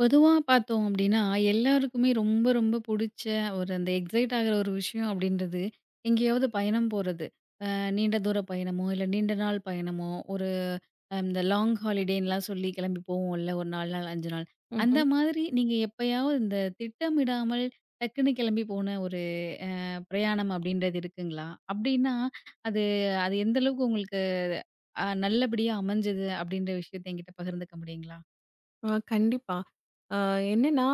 பொதுவா பார்த்தோம் அப்டின்னா, எல்லாருக்குமே ரொம்ப ரொம்ப புடிச்ச ஒரு அந்த எக்ஸைட் ஆகுற ஒரு விஷயம் அப்டின்றது, எங்கேயாவது பயணம் போறது. நீண்ட தூர பயணமோ, இல்ல நீண்ட நாள் பயணமோ, ஒரு இந்த லாங் ஹாலிடேன்லாம் சொல்லி கிளம்பி போவோம்ல. ஒரு 4 நாள், 5 நாள். அந்த ம்ஹ்ம். மாதிரி நீங்க எப்பயாவது இந்த திட்டமிடாமல் டக்குன்னு கிளம்பி போன ஒரு அ பிரயாணம் அப்டின்றது இருக்குங்களா? அப்டின்னா, அது அது எந்த அளவுக்கு உங்களுக்கு நல்லபடியா அமைஞ்சது அப்டின்ற விஷயத்த என்கிட்ட பகிர்ந்துக்க முடியுங்களா? கண்டிப்பா. ஆ என்னன்னா,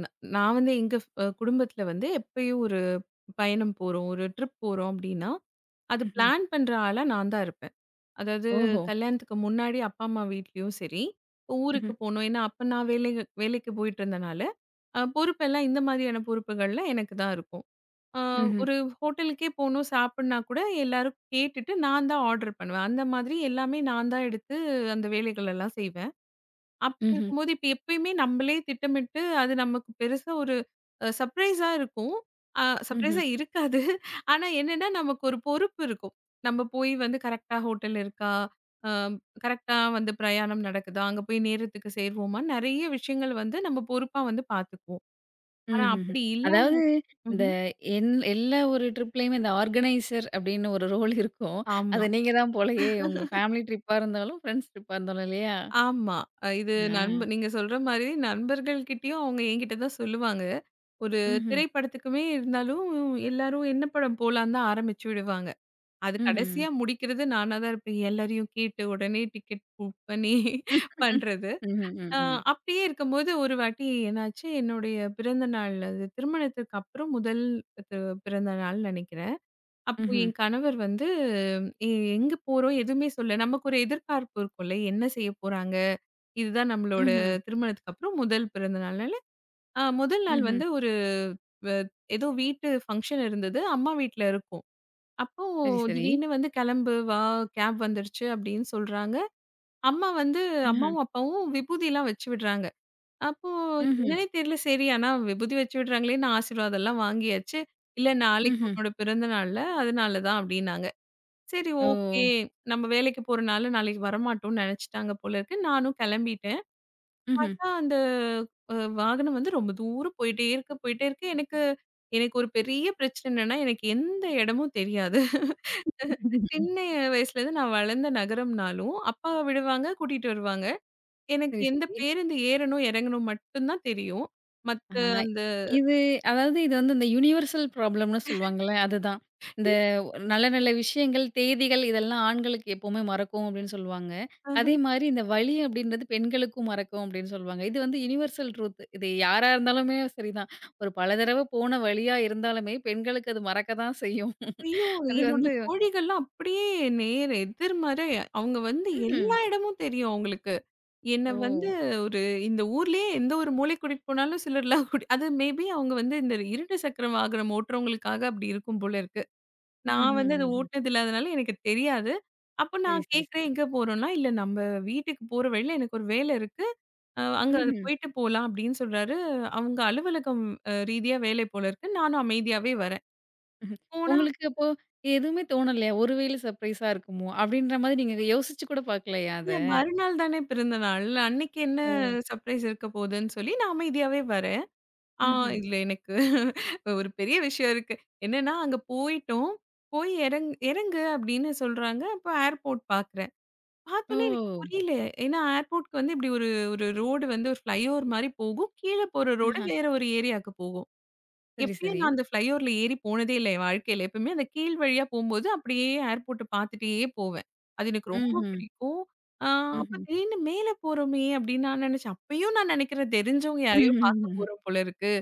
ந நான் வந்து எங்க ஃப் அ குடும்பத்துல வந்து எப்பயும் ஒரு பயணம் போறோம், ஒரு ட்ரிப் போறோம் அப்டின்னா, அது ம்ஹ்ம். பிளான் பண்ற ஆளா நான் தான் இருப்பேன். அதாவது ஓஹோ! கல்யாணத்துக்கு முன்னாடி அப்பா, அம்மா வீட்லயும் சரி, ஊருக்கு போணும். ஏன்னா, அப்ப நான் வேலைக்கு போயிட்டு இருந்தனால, பொறுப்பெல்லாம் இந்த மாதிரியான பொறுப்புகள்லாம் எனக்கு தான் இருக்கும். ஆ ம்ஹ்ம். ஒரு ஹோட்டலுக்கே போணும் சாப்பிட்னா கூட எல்லாரும் கேட்டுட்டு நான் தான் ஆர்டர் பண்ணுவேன். அந்த மாதிரி எல்லாமே நான் தான் எடுத்து அந்த வேலைகள் எல்லாம் செய்வேன். அப்படி ம்ஹ்ம். இருக்கும்போது, இப்ப எப்பயுமே நம்பளே திட்டமிட்டு, அது நமக்கு பெருசா ஒரு சர்ப்ரைஸா இருக்கும். அ ம்ஹ்ம். சர்ப்ரைஸா இருக்காது. ஆனா என்னன்னா, நமக்கு ஒரு பொறுப்பு இருக்கும். நம்ம போய் வந்து கரெக்ட்டா ஹோட்டல் இருக்கா? அ கரெக்ட்டா வந்து பிரயாணம் நடக்குதா? அங்க போய் நேரத்துக்கு சேர்வோமா? நெறைய விஷயங்கள் வந்து நம்ம பொறுப்பா வந்து பார்த்துக்குவோம். ஆனா ம்ஹ்ஹ்ம். அப்படி அதாவது இல்லாம. இந்த ம்ஹ்ம். என் எல்லா ஒரு ட்ரிப்லயுமே இந்த ஆர்கனைசர் அப்படின்னு ஒரு ரோல் இருக்கும். ஆமா, அது நீங்க தான் போலயே உங்க ஃபேமிலி ட்ரிப்பா இருந்தாலும், ஃப்ரெண்ட்ஸ் ட்ரிப்பா இருந்தாலும் இல்லையா? ஆமா. இது ஆ. நீங்க சொல்ற மாரி நண்பர்கள் கிட்டயும் அவங்க என்கிட்ட தான் சொல்லுவாங்க. ஒரு ம்ஹ்ம். திரைப்படத்துக்குமே இருந்தாலும், எல்லாரும் என்ன படம் போலான்னு தான் ஆரம்பிச்சு விடுவாங்க. அது ம்ஹ்ம். கடைசியா முடிக்கிறது நானா தான் இருப்பேன். எல்லாரையும் கேட்டு உடனே டிக்கெட் புக் பண்ணி ம். பண்றது. ம்ஹ்ம். அ ம்ஹ்ம். அப்படியே இருக்கும்போது ஒரு வாட்டி என்னாச்சு, என்னுடைய பிறந்த நாள் அது திருமணத்துக்கு அப்புறம் முதல் து பிறந்த நாள்னு நெனைக்கிறேன். அப்போ ம்ஹ்ம். என் கணவர் வந்து எ எங்க போறோம் எதுவுமே சொல்லல. நமக்கு ஒரு எதிர்பார்ப்பு இருக்கும்ல. என்ன செய்ய போறாங்க? இதுதான் நம்மளோட ம்ஹ்ம். திருமணத்துக்கு அப்புறம் முதல் பிறந்த நாள்னால முதல் நாள் ம்ஹ்ம். வந்து ஒரு வ ஏதோ வீட்டு ஃபங்ஷன் இருந்தது. அம்மா வீட்ல இருக்கோம். அப்போ சரி, சரி. திடீர்னு வந்து "கிளம்பு வா, கேப் வந்துருச்சு" அப்படின்னு சொல்றாங்க. அம்மா வந்து ஆஹ. அம்மாவும், அப்பாவும் விபூதிலாம் வச்சு விடுறாங்க. அப்போ ம்ஹ்ம். என்னன்னே தெரியல. சரி ஆனா விபூதி வச்சு விடுறாங்களேன்னு ஆசீர்வாதம்லாம் வாங்கியாச்சு. "இல்ல நாளைக்கு ம்ஹ்ம். உன்னோட பிறந்த நாள்ல, அதனால தான்" அப்படின்னாங்க. சரி ஓ! ஓகே. நம்ம வேலைக்கு போறனால நாளைக்கு வரமாட்டோம்னு நினைச்சுட்டாங்க போல இருக்கு. நானும் கிளம்பிட்டேன். ம்ஹ்ம். பார்த்தா அந்த வாகனம் வந்து ரொம்ப தூரம் போயிட்டே இருக்கு, போயிட்டே இருக்கு. எனக்கு எனக்கு ஒரு பெரிய பிரச்சனை என்னன்னா, எனக்கு எந்த இடமும் தெரியாது. சின்ன வயசுலேருந்து நான் வளர்ந்த நகரம்னாலும், அப்பா விடுவாங்க, கூட்டிட்டு வருவாங்க. எனக்கு சரி, எந்த சரி. பேருந்து ஏறணும், இறங்கணும் மட்டும் தான் தெரியும். மத்த ஆ, அந்த இது அதாவது இது வந்து இந்த யுனிவர்சல் ப்ராப்ளம்னு சொல்லுவாங்கல்ல, அதுதான். இந்த நல்ல நல்ல விஷயங்கள், தேதிகள் இதெல்லாம் ஆண்களுக்கு எப்பவுமே மறக்கும் அப்படின்னு சொல்லுவாங்க. அதே மாரி இந்த வலி அப்படின்றது பெண்களுக்கும் மறக்கும் அப்படின்னு சொல்லுவாங்க. இது வந்து யுனிவர்சல் ட்ரூத். இது யாரா இருந்தாலுமே சரிதான். ஒரு பல தடவ போன வலியா இருந்தாலுமே பெண்களுக்கு அது மறக்க தான் செய்யும். ஐயோ! அது என்னோட வந்து தோழிகள்லாம் அப்படியே நேர் எதிர்மறை. அவங்க வந்து ம்ஹ்ம். எல்லா இடமும் தெரியும் அவங்களுக்கு. என்ன வந்து ஓ! ஒரு இந்த ஊர்லயே எந்த ஒரு மூலைக்கு கூட்டிட்டு போனாலும் சிலர்லாம் கூட்டி அது மேபி அவங்க வந்து இந்த இரண்டு சக்கர வாகனம் ஓட்டுறவங்களுக்காக அப்படி இருக்கும் போல இருக்கு. நான் ம்ஹ்ம், வந்து அத ம்ஹ்ம். ஓட்டுனது இல்லாதனால எனக்கு தெரியாது. அப்ப சரி, நான் சரி, கேட்கிறேன் சரி. எங்க போறோம்னா, "இல்ல நம்ம வீட்டுக்கு போற வழியில எனக்கு ஒரு வேலை இருக்கு. அங்க அது ம்ஹ்ம். போயிட்டு போலாம்" அப்படின்னு சொல்றாரு. அவங்க அலுவலகம் ரீதியா வேலை போல இருக்கு. நானும் அமைதியாவே வரேன். ம்ஹ்ம். போனா உங்களுக்கு அப்போ எதுவுமே தோணலையா? ஒரு வேள சர்ப்ரைஸா இருக்குமோ! அப்பிடின்ற மாதிரி நீங்க யோசிச்சு கூட பார்க்கலையா அத? இல்ல மறுநாள் தானே பிறந்த நாள். அன்னைக்கு என்ன ஓ! சர்ப்ரைஸ் இருக்க போகுதுன்னு சொல்லி நான் அமைதியாவே வரேன். ஆ ம்ஹ்ம். இல்ல எனக்கு ஒரு பெரிய விஷயம் இருக்கு. என்னன்னா அங்க போயிட்டோம். போய் இறங்கு அப்படின்னு சொல்றாங்க. அப்போ ஏர்போர்ட் பார்க்குறேன். ஓ! பார்த்தோனே எனக்கு புரியல. ஏன்னா ஏர்போர்ட்க்கு வந்து இப்படி ஒரு ஒரு ரோடு வந்து ஒரு ஃப்ளைஓவர் மாரி போகும். கீழ போற ரோடு ஆஹா! வேற ஒரு ஏரியாவுக்கு போகும். சரி, எப்பயும் சரி. நான் அந்த ஃப்ளைஓவர்ல ஏறி போனதே இல்ல என் வாழ்க்கையில. எப்பவுமே அந்த கீழ் வழியா போம்போது அப்படியே ஏர்போர்ட்ட பார்த்துட்டே போவேன். அது எனக்கு ரொம்ப ம்ஹ்ம். பிடிக்கும். ஆ அப்ப ம்ஹ்ம். திடீர்னு மேல போறோமே அப்படின்னு நான் நினைச்சேன். அப்பயும் நான் நினைக்கிறேன் தெரிஞ்சவங்க யாரையோ பார்க்க போறோம் போல இருக்கு.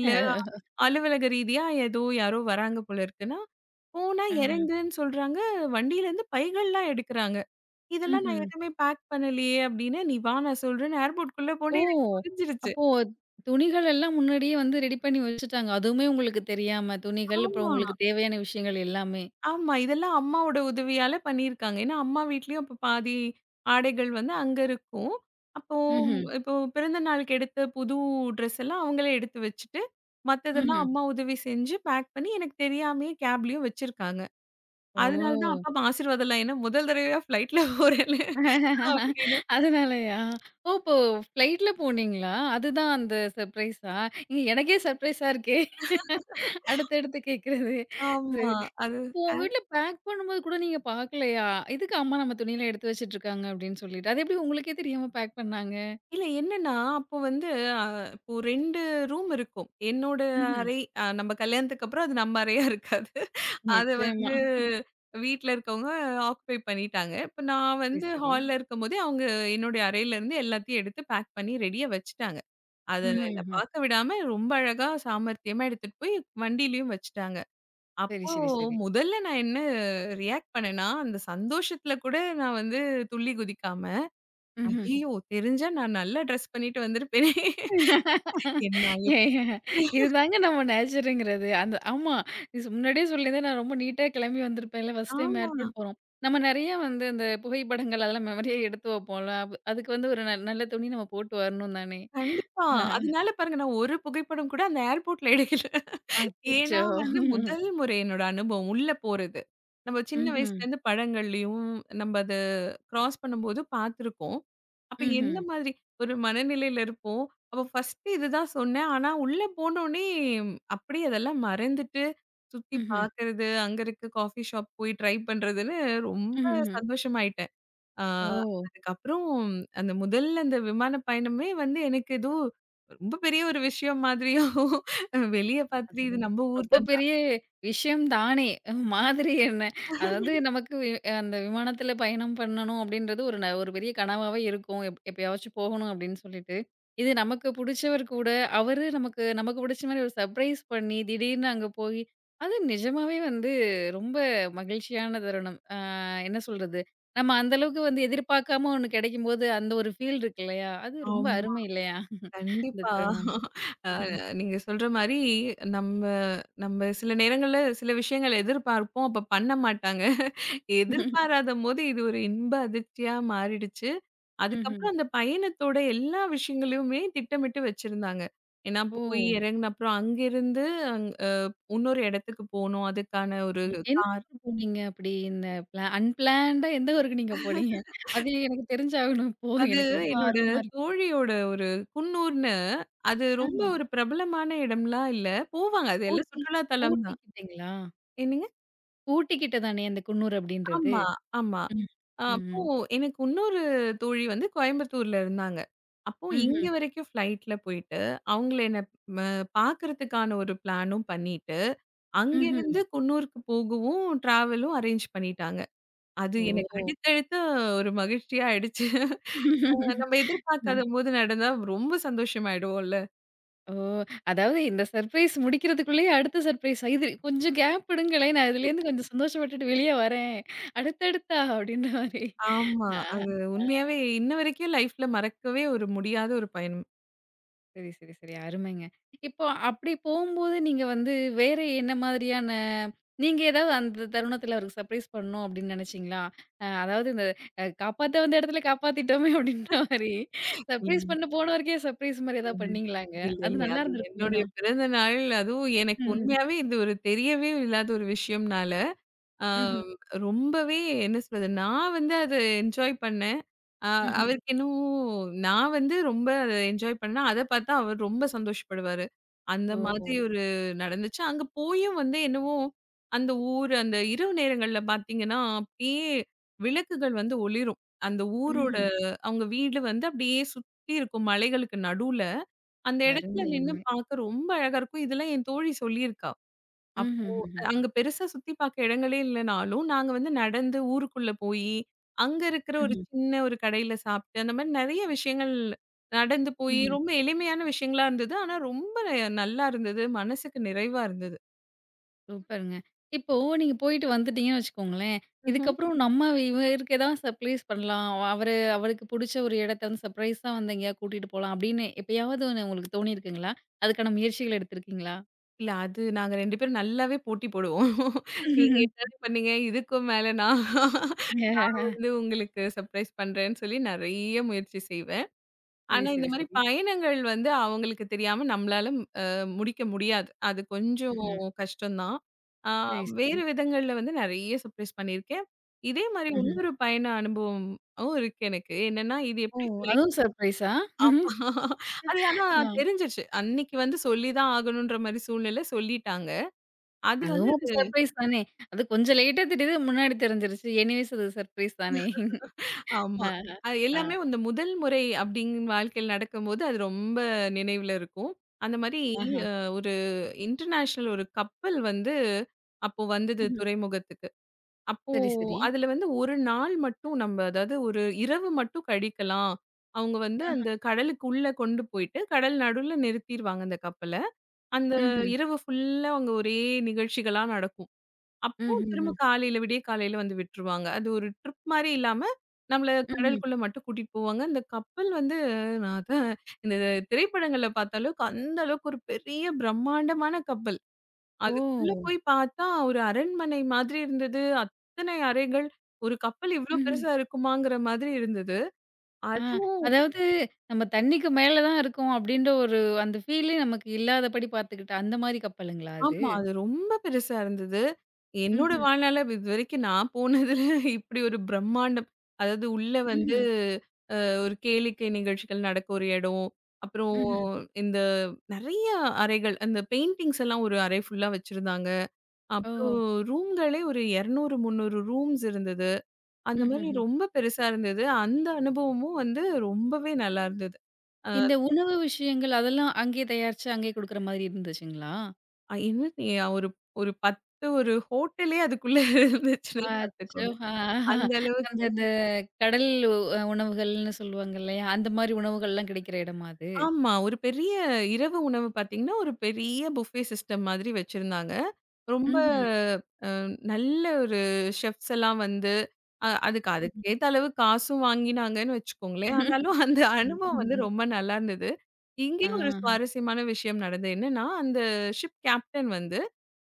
இல்ல அ அலுவலக ரீதியா ஏதோ யாரோ வராங்க போல இருக்குன்னா, போனா ஆஹா! இறங்குன்னு சொல்றாங்க. வண்டியிலேருந்து பைகள்லாம் எடுக்குறாங்க. இதெல்லாம் நான் ம்ஹ்ம். எதுவுமே பேக் பண்ணலையே அப்படின்னு, "நீ வா நான் சொல்றேன்னு" ஏர்போர்ட்குள்ள ஓ! போனே எனக்கு புரிஞ்சிருச்சு. அப்போ துணிகள் எல்லாம் முன்னாடியே வந்து ரெடி பண்ணி வச்சுட்டாங்க. அதுவுமே உங்களுக்கு தெரியாம, துணிகள் அப்புறம் ஆமா, உங்களுக்கு தேவையான விஷயங்கள் எல்லாமே. ஆமா. இதெல்லாம் அம்மாவோட உதவியால பண்ணியிருக்காங்க. ஏன்னா அம்மா வீட்லயும் அப்ப பாதி ஆடைகள் வந்து அங்க இருக்கும். அப்போ ம்ஹ்ம். இப்போ பிறந்த நாளுக்கு எடுத்த புது ட்ரெஸ் எல்லாம் அவங்களே எடுத்து வச்சுட்டு, மத்ததெல்லாம் ம்ஹ்ம். அம்மா உதவி செஞ்சு பேக் பண்ணி எனக்கு தெரியாமயே கேப்லயும் வச்சிருக்காங்க. அதனால தான் ஓ! அப்பாப்பா ஆசீர்வாதம்லாம். ஏன்னா முதல் தடவையா ஃப்ளைட்ல போறேன்ல அப்படின்னு. அதனாலயா? ஓ! இப்போ ஃப்ளைட்ல போனீங்களா? அதுதான் அந்த சர்ப்ரைஸா? ஏங்க எனக்கே சர்ப்ரைஸா இருக்கே! அடுத்து அடுத்து கேட்கிறது. ஆமா. சரி. அது இப்போ உங்க அ வீட்ல பேக் பண்ணும்போது கூட நீங்க பார்க்கலையா? "எதுக்கு அம்மா நம்ம துணியில எடுத்து வச்சுட்டுருக்காங்க" அப்படின்னு சொல்லிட்டு. அது எப்படி உங்களுக்கே தெரியாம பேக் பண்ணாங்க? இல்ல என்னன்னா, அப்போ வந்து அ இப்போ 2 ரூம் இருக்கும். என்னோட ம்ஹ்ம். அறை நம்ம கல்யாணத்துக்கு அப்புறம் அது நம்ம அறையா இருக்காது. அது நிச்சயமா. வந்து வீட்ல இருக்கவங்க ஆக்குபை பண்ணிட்டாங்க. இப்ப நான் சரி, வந்து சரி. ஹால்ல இருக்கும்போதே, அவங்க என்னுடைய அறையிலருந்து எல்லாத்தையும் எடுத்து பேக் பண்ணி ரெடியா வச்சுட்டாங்க. அத ம்ஹ்ம், என்ன ம். பார்க்க விடாம ரொம்ப அழகா சாமர்த்தியமா எடுத்துட்டு போய் வண்டியிலயும் வச்சுட்டாங்க. சரி, அப்போ சரி, சரி. முதல்ல நான் என்ன ரியாக்ட் பண்ணேன்னா, அந்த சந்தோஷத்துல கூட நான் வந்து துள்ளி குதிக்காம, ம்ஹ்ம். ஐயய்யோ! தெரிஞ்சா நான் நல்லா ட்ரெஸ் பண்ணிட்டு வந்திருப்பேனே! நான் ஏங்க, எப்படி. இதுதாங்க நம்ம நேச்சருங்கிறது. அந்த ஆமா. இது முன்னாடியே சொல்லியிருந்தா நான் ரொம்ப நீட்டா கிளம்பி வந்திருப்பேன்ல. ஃபர்ஸ்ட் டைம் ஆமா. ஏர்போர்ட் போறோம். நம்ம நெறைய வந்து இந்த புகைப்படங்கள் அதெல்லாம் மெமரியா எடுத்து வைப்போம்ல. அது அதுக்கு வந்து ஒரு நல்ல துணி நம்ம போட்டு வரணும் தானே! கண்டிப்பா. அதனால பாருங்க நான் ஒரு புகைப்படம் கூட அந்த ஏர்போர்ட்ல எடுக்கல. அச்சச்சோ! ஏன்னா வந்து ம்ஹ்ம். முதல் முறை என்னோட அனுபவம் உள்ள போறது. நம்ம சின்ன ம்ஹ்ம். வயசுலேருந்து படங்கள்லயும் நம்ம அத கிராஸ் பண்ணும்போது பார்த்துருக்கோம். அப்ப ம்ஹ்ம். எந்த மாதிரி ஒரு மனநிலையில இருப்போம். அப்ப ஃபர்ஸ்ட்டு இதுதான் சொன்னேன். ஆனா உள்ள போனோனே அப்படியே அதெல்லாம் மறந்துட்டு சுத்தி ம்ஹ்ம். பார்க்கறது, அங்க இருக்க காஃபி ஷாப் போய் ட்ரை பண்றதுன்னு ரொம்ப ம்ஹ்ம். சந்தோஷமாயிட்டேன். ஆ ஓ! அதுக்கப்புறம் அந்த முதல்ல அந்த விமான பயணமே வந்து எனக்கு ஏதோ ரொம்ப பெரிய ஒரு விஷயம் மாதிரியோ, வெளிய பார்த்துட்டு அது இது நம்ம ஊர் ரொம்ப தானா. பெரிய விஷயம் தானே! மாதிரி என்ன? அதாவது நமக்கு அந்த விமானத்தில பயணம் பண்ணணும் அப்படின்றது ஒரு ஒரு பெரிய கனவாவே இருக்கும். எப்பயாச்சும் போகணும் அப்படின்னு சொல்லிட்டு. இது நமக்கு புடிச்சவர் கூட, அவரு நமக்கு நமக்கு புடிச்ச மாரி ஒரு சர்ப்ரைஸ் பண்ணி, திடீர்னு அங்க போயி, அது நிஜமாவே வந்து ரொம்ப மகிழ்ச்சியான தருணம். ஆ என்ன சொல்றது? நம்ம அந்த அளவுக்கு வந்து எதிர்பார்க்காம ஒண்ணு கிடைக்கும்போது, அந்த ஒரு ஃபீல் இருக்கு இல்லையா? அது ரொம்ப ஆமா. அருமை இல்லையா? இந்த கண்டிப்பா. தருணம். அ ம்ஹ்ம். நீங்க சொல்ற மாரி நம்ம நம்ம சில நேரங்கள்ல சில விஷயங்கள எதிர்பார்ப்போம். அப்ப பண்ண மாட்டாங்க. எதிர்பாராதபோது இது ஒரு இன்ப அதிர்ச்சியா மாறிடுச்சு. ம்ஹ்ம். அதுக்கப்புறம் அந்த பயணத்தோட எல்லா விஷயங்களையுமே திட்டமிட்டு வச்சிருந்தாங்க. ஏன்னா ஓ! போய் இறங்குன அப்புறம் அங்கிருந்து அங் அ இன்னொரு இடத்துக்கு போணும். அதுக்கான ஒரு எந்த கார், ஊர் போனீங்க அப்படி? இந்த அன்பிளான்டா எந்த ஊருக்கு நீங்க போனீங்க? அது எனக்கு தெரிஞ்சாகணும் இப்போ. அது எனக்கு ரொம்ப என்னோட ஆர்வமா இருக்கு. தோழியோட ஒரு குன்னூர்ன்னு, அது ரொம்ப ஆஹா. ஒரு பிரபலமான இடம்லாம் இல்ல. போவாங்க. அது எல்லாம் ஊட்டி சுற்றுலா தலம் ஊட்டி கிட்டங்களா? தான். ஊட்டி கிட்ட தானே அந்த குன்னூர் அப்படின்றது? ஆமா, ஆமா. ம். அப்போ ம்ஹ்ம். எனக்கு இன்னொரு தோழி வந்து கோயம்புத்தூர்ல இருந்தாங்க. அப்போ இங்க ம்ஹ்ம். வரைக்கும் ஃப்ளைட்ல போயிட்டு, அவங்கள என்ன ம பார்க்கறதுக்கான ஒரு பிளானும் பண்ணிட்டு, ம்ஹ்ம். அங்கேருந்து குன்னூருக்கு போகவும் ட்ராவலும் அரேஞ்ச் பண்ணிட்டாங்க. அது எனக்கு ஓ! அடுத்தடுத்து ஒரு மகிழ்ச்சியா ஆயிடுச்சு. நம்ம அஹ், எதிர்பார்க்காதபோது நடந்தா ரொம்ப சந்தோஷமாயிடுவோம்ல. ஓ! அதாவது இந்த சர்ப்ரைஸ் முடிக்கிறதுக்குள்ளயே அடுத்த சர்ப்ரைஸ். இது கொஞ்சம் கேப் விடுங்களேன். நான் இதுலேருந்து கொஞ்சம் சந்தோஷப்பட்டுட்டு வெளியே வரேன். அடுத்தடுத்தா அப்படின்ற மாரி. ஆமா. அது உண்மையாவே இன்ன வரைக்கும் லைஃப்ல மறக்கவே ஒரு முடியாத ஒரு பயணம். சரி, சரி, சரி. அருமைங்க. இப்போ அப்படி போம்போது நீங்க வந்து வேற என்ன மாதிரியான நீங்க ஏதாவது அந்த தருணத்துல அவருக்கு சர்ப்ரைஸ் பண்ணணும் அப்படின்னு நினைச்சீங்களா? அதாவது இந்த காப்பாத்த வந்த இடத்துல காப்பாத்திட்டோமே அப்படின்ற மாரி, சர்ப்ரைஸ் பண்ண போனவருக்கே சர்ப்ரைஸ் மாரி ஏதாவது ம். பண்ணீங்களாங்க? இல்ல, அது இல்ல. நல்லா அது இருந்திருக்கும் என்னுடைய இன்னும். பிறந்த நாள். அதுவும் எனக்கு ம். ம், ம். உண்மையாவே இது ஒரு தெரியவே இல்லாத ஒரு விஷயம்னால, ஆ ம்ஹ்ம், ரொம்பவே என்ன சொல்றது, நான் வந்து அத என்ஜாய் பண்ணேன். ம். ம்ஹ்ம். அவருக்கு என்னவோ நான் வந்து ரொம்ப அத என்ஜாய் பண்ணேன். அத பார்த்தா அவர் ரொம்ப சந்தோஷப்படுவாரு. அந்த ஓ! மாதிரி ஓகே. ஒரு நடந்துச்சு. அங்க போயும் வந்து என்னவோ, அந்த ஊர் அந்த இரவு நேரங்கள்ல பார்த்தீங்கன்னா, அப்படியே விளக்குகள் வந்து ஒளிரும். அந்த ஊரோட ம்ஹ்ம். ம். அவங்க வீடு வந்து அப்படியே சுத்தி இருக்கும் மலைகளுக்கு நடுவுல. அந்த இடத்துல அருமை, நின்னு அருமை. பார்க்க ரொம்ப அழகா இருக்கும். இதெல்லாம் என் தோழி சொல்லியிருக்கா. அப்போ ம்ஹ்ம், ம்ஹ்ம், அங்க பெருசா சுத்தி பார்க்க இடங்களே இல்லனாலும், நாங்க வந்து நடந்து ஊருக்குள்ள போயி, அங்க இருக்கிற ஒரு ம்ஹ்ம், சின்ன ஒரு கடையில சாப்பிட்டு, அந்த மாரி நெறைய விஷயங்கள் நடந்து போயி, ம்ஹ்ம். ரொம்ப எளிமையான விஷயங்களா இருந்தது. ஆனா ரொம்ப நல்லா இருந்தது. மனசுக்கு நிறைவா இருந்தது. சூப்பருங்க. இப்போ நீங்க போயிட்டு வந்துட்டீங்கன்னு வச்சுக்கோங்களேன். ம்ஹ்ம். இதுக்கப்புறம் நம்ம இவருக்கு ஏதாவது சர்ப்ரைஸ் பண்ணலாம். அவரு அவருக்கு புடிச்ச ஒரு இடத்த வந்து சர்ப்ரைஸா வந்து எங்கேயாவது கூட்டிட்டு போலாம் அப்படின்னு எப்பயாவது ஒண்ணு உங்களுக்கு தோணியிருக்குங்களா? அதுக்கான முயற்சிகள் எடுத்திருக்கீங்களா? இல்ல அது நாங்க 2 பேரும் நல்லாவே போட்டி போடுவோம். நீங்க என்னது பண்ணீங்க? இதுக்கும் மேல நான் ம்ஹும். வந்து உங்களுக்கு சர்ப்ரைஸ் பண்றேன்னு சொல்லி நெறைய முயற்சி செய்வேன். சரி, ஆனா, இந்த சரி, மாரி சரி. பயணங்கள் வந்து அவங்களுக்கு தெரியாம நம்மளால அ முடிக்க முடியாது. அது கொஞ்சம் ம்ஹ்ம். கஷ்டம் தான். ஆ சரி, சரி. வேறு விதங்கள்ல வந்து நெறைய சர்ப்ரைஸ் பண்ணியிருக்கேன். இதே மாரி ம்ஹ்ம். இன்னொரு பயண அனுபவமும் இருக்கு எனக்கு. என்னன்னா, இது ஓ! எப்படி ஃப்ளைட் அதுவும் சர்ப்ரைஸா? ஆமா. அது ஆனா ஆ. தெரிஞ்சிருச்சு. அன்னைக்கு வந்து சொல்லி தான் ஆகணுன்ற மாரி சூழ்நிலை சொல்லிட்டாங்க. அது வந்து அதுவும் ஒரு சர்ப்ரைஸ் தானே. அது கொஞ்சம் லேட்டா தெரியுது. முன்னாடி தெரிஞ்சிருச்சு. எனிவேஸ் அது சர்ப்ரைஸ் தானே. ஆமா. ஆஹா. அது ஆ. எல்லாமே இந்த முதல் முறை அப்டின்னு வாழ்க்கையில நடக்கும்போது, அது ரொம்ப நினைவுல இருக்கும். அந்த மாரி ஆஹா. அ ஒரு இன்டர்நேஷனல் ஒரு கப்பல் வந்து அப்போ வந்தது ம்ஹ்ம். துறைமுகத்துக்கு. அப்போ சரி, சரி. அதுல வந்து 1 நாள் மட்டும் நம்ம, அதாவது ஒரு இரவு மட்டும் கழிக்கலாம். அவங்க வந்து ஆஹா. அந்த கடலுக்குள்ள கொண்டு போயிட்டு, கடல் நடுவுல நிறுத்திருவாங்க அந்த கப்பல. அந்த ம்ஹ்ம். இரவு ஃபுல்லா அங்க ஒரே நிகழ்ச்சிகளா நடக்கும். அப்புறம் திரும்ப ம்ஹ்ம். காலையில விடிய காலையில வந்து விட்டுருவாங்க. அது ஒரு ட்ரிப் மாரி இல்லாம, நம்மள ம்ஹ்ம். கடலுக்குள்ள மட்டும் கூட்டிட்டு போவாங்க. இந்த கப்பல் வந்து நான் அதான் இந்த திரைப்படங்கள்ல பார்த்த அளவுக்கு, அந்த அளவுக்கு ஒரு பெரிய பிரம்மாண்டமான கப்பல். ஓ! அதுக்குள்ள போய் பார்த்தா ஒரு அரண்மனை மாதிரி இருந்தது. அத்தனை அறைகள். ஒரு கப்பல் இவ்ளோ ம்ஹ்ம். பெருசா இருக்குமாங்கிற மாதிரி இருந்தது. ஆ, அதுவும் அதாவது நம்ம தண்ணிக்கு மேல தான் இருக்கோம் அப்படின்ற ஒரு அந்த ஃபீலே நமக்கு இல்லாதபடி பார்த்துக்கிட்ட அந்த மாரி கப்பலுங்களா அது? ஆமா. அது ரொம்ப பெருசா இருந்தது. என்னோட ம்ஹ்ம். வாழ்நாள்ல இதுவரைக்கும் நான் போனதுல இப்படி ஒரு பிரம்மாண்டம். அதாவது உள்ள வந்து ம்ஹ்ம். ஒரு கேளிக்கை நிகழ்ச்சிகள் நடக்க ஒரு இடம். அப்புறம் ம்ஹ்ம். இந்த நெறைய அறைகள், அந்த பெயிண்டிங்ஸ் எல்லாம் ஒரு அறை ஃபுல்லா வச்சிருந்தாங்க. ஓஹோ! அப்புறம் ரூம்களே ஒரு 200, 300 ரூம்ஸ் இருந்தது. அந்த மாரி ம்ஹ்ஹ்ம். ரொம்ப பெருசா இருந்தது. அந்த அனுபவமும் வந்து ரொம்பவே நல்லா இருந்தது. இந்த உணவு விஷயங்கள் அதெல்லாம் அங்கேயே தயாரிச்சு அங்கேயே குடுக்குற மாதிரி இருந்துச்சுங்களா? என்ன நீ ஒரு ஒரு 10 ஒரு ஹோட்டலே அதுக்குள்ள இருந்துச்சுன்னு அச்சோ! பார்த்துக்கோங்க. ஆ, அந்த அந்த அளவுக்கு. அந்த கடல் உணவுகள்னு சொல்லுவாங்க இல்லையா? அந்த மாரி உணவுகள்லாம் கிடைக்கிற இடமா அது? ஆமா. ஒரு பெரிய இரவு உணவு பார்த்தீங்கன்னா, ஒரு பெரிய புஃபே சிஸ்டம் மாதிரி வச்சிருந்தாங்க. ரொம்ப ம்ஹ்ம். நல்ல ஒரு ஷெஃப்ஸ் எல்லாம் வந்து, அதுக்கு ம்ஹ்ம். அதுக்கேத்த அளவு காசும் வாங்கினாங்கன்னு வச்சுக்கோங்களேன். ஆனாலும் அந்த ம். அனுபவம் வந்து ம். ரொம்ப நல்லா இருந்தது. இங்கேயும் ஒரு ஆஹா. சுவாரஸ்யமான விஷயம் நடந்தது. என்னன்னா, அந்த ஷிப் கேப்டன் வந்து,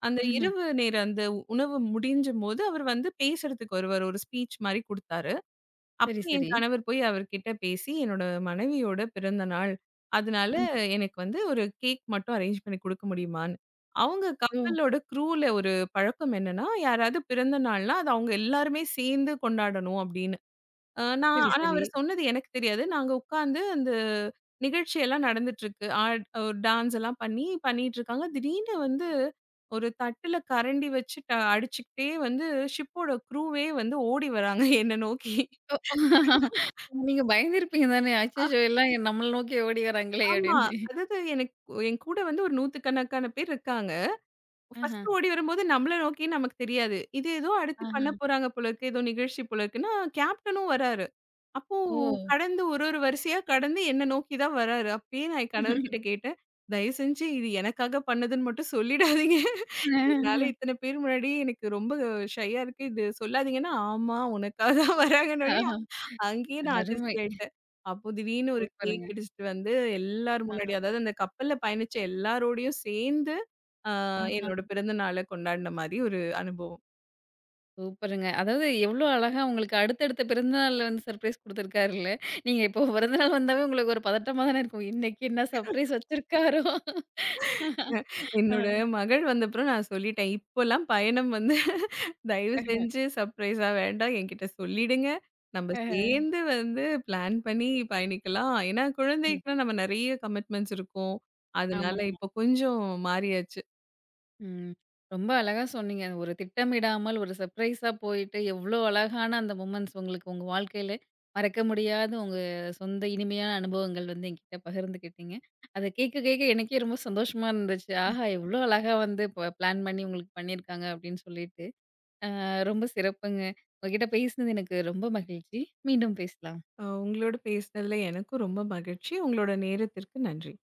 அந்த ம்ஹ்ம். இரவு நேர அந்த உணவு முடிஞ்சும்போது, அவர் வந்து பேசுறதுக்கு வருவாரு. ஒரு ஸ்பீச் மாரி குடுத்தாரு. அப்ப சரி, என் சரி. கணவர் போய் அவர்கிட்ட பேசி, என்னோட மனைவியோட பிறந்த நாள். அதனால ம். எனக்கு வந்து ஒரு கேக் மட்டும் அரேஞ்ச் பண்ணி குடுக்க முடியுமான்னு. அவங்க ஓ! கப்பலோட க்ரூல ஒரு பழக்கம் என்னன்னா, யாராவது பிறந்த நாள்னா, அது அவங்க எல்லாருமே சேர்ந்து கொண்டாடணும் அப்படின்னு. நான் சரி, ஆனா சரி. அவரு சொன்னது எனக்கு தெரியாது. நாங்க உட்கார்ந்து அந்த நிகழ்ச்சியெல்லாம் நடந்துட்டுருக்கு. ஆட் ஒரு டான்ஸ் எல்லாம் பண்ணி பண்ணிட்டுருக்காங்க. திடீர்னு வந்து ஒரு தட்டுல கரண்டி வச்சு ட அடிச்சுக்கிட்டே வந்து ஷிப்போட க்ரூவே வந்து ஓடி வராங்க என்ன நோக்கி. ஓ! நீங்க பயந்திருப்பீங்க தானே! அச்சச்சோ! எல்லாம் நம்மள நோக்கி ஓடி வராங்களே! ஆமா. அப்படின்னு. அதாவது எனக்கு என் கூட வந்து ஒரு நூத்துக்கணக்கான பேர் இருக்காங்க. ஆஹா, ஃபர்ஸ்ட் ஓடி வரும்போது நம்மள நோக்கி நமக்கு தெரியாது. இது ஏதோ அடுத்து ஆஹா. பண்ண போறாங்க போல இருக்கு. ஏதோ நிகழ்ச்சி போல இருக்குன்னா, கேப்டனும் வராரு. அப்போ ஓ! கடந்து ஒரு ஒரு வரிசையா கடந்து என்ன நோக்கி தான் வராரு. அப்பயே நான் என் கணவர்கிட்ட கேட்டேன். "தயவு செஞ்சு இது எனக்காக பண்ணதுன்னு மட்டும் சொல்லிடாதீங்க. என்னால இத்தன பேர் முன்னாடி எனக்கு ரொம்ப ஷையா இருக்கு. இது சொல்லாதீங்கன்னா." ஆமா உனக்காக தான் வராங்கன்னோனே ஆஹா. அங்கேயே நான் அதிர்ச்சி அருமை. ஆயிட்டேன். அப்போ திடீர்னு ஒரு சூப்பருங்க. கேக் இடிச்சுட்டு வந்து எல்லார் ஆஹா, முன்னாடி, அதாவது அந்த கப்பல்ல பயணிச்ச எல்லாரோடையும் சேர்ந்து, ஆ ஆஹா. என்னோட பிறந்த நாள கொண்டாடின மாரி ஒரு அனுபவம். சூப்பருங்க. அதாவது எவ்ளோ அழகா உங்களுக்கு அடுத்தடுத்த பிறந்தநாள்ல வந்து சர்ப்ரைஸ் குடுத்துருக்காருல்ல. நீங்க இப்போ பிறந்தநாள் வந்தாவே உங்களுக்கு ஒரு பதட்டமா தானே இருக்கும். இன்னைக்கு என்ன சர்ப்ரைஸ் வச்சிருக்காரோ? அ, என்னோட மகள் வந்தப்புறம் நான் சொல்லிட்டேன். இப்போலாம் பயணம் வந்து தயவு செஞ்சு சர்ப்ரைஸா வேண்டாம். என்கிட்ட சொல்லிடுங்க. நம்ம அஹ. சேர்ந்து வந்து பிளான் பண்ணி பயணிக்கலாம். ஏன்னா ம். குழந்தைக்குலாம் நம்ம நெறைய கமிட்மெண்ட்ஸ் இருக்கும். ஆமா. அதனால இப்போ கொஞ்சம் மாறியாச்சு. ம். ரொம்ப அழகா சொன்னீங்க. ஒரு திட்டமிடாமல் ஒரு சர்ப்ரைஸா போயிட்டு, எவ்ளோ அழகான அந்த மொமெண்ட்ஸ் உங்களுக்கு உங்க வாழ்க்கையில மறக்க முடியாத உங்க சொந்த இனிமையான அனுபவங்கள் வந்து என்கிட்ட பகிர்ந்துக்கிட்டீங்க. அத கேட்க கேட்க எனக்கே ரொம்ப சந்தோஷமா இருந்துச்சு. ஆஹா! எவ்ளோ அழகா வந்து பிளான் பண்ணி உங்களுக்கு பண்ணியிருக்காங்க அப்படின்னு சொல்லிட்டு. ரொம்ப சிறப்புங்க. உங்ககிட்ட பேசினது எனக்கு ரொம்ப மகிழ்ச்சி. மீண்டும் பேசலாம். உங்களோட பேசினதுல எனக்கும் ரொம்ப மகிழ்ச்சி. உங்களோட நேரத்திற்கு நன்றி.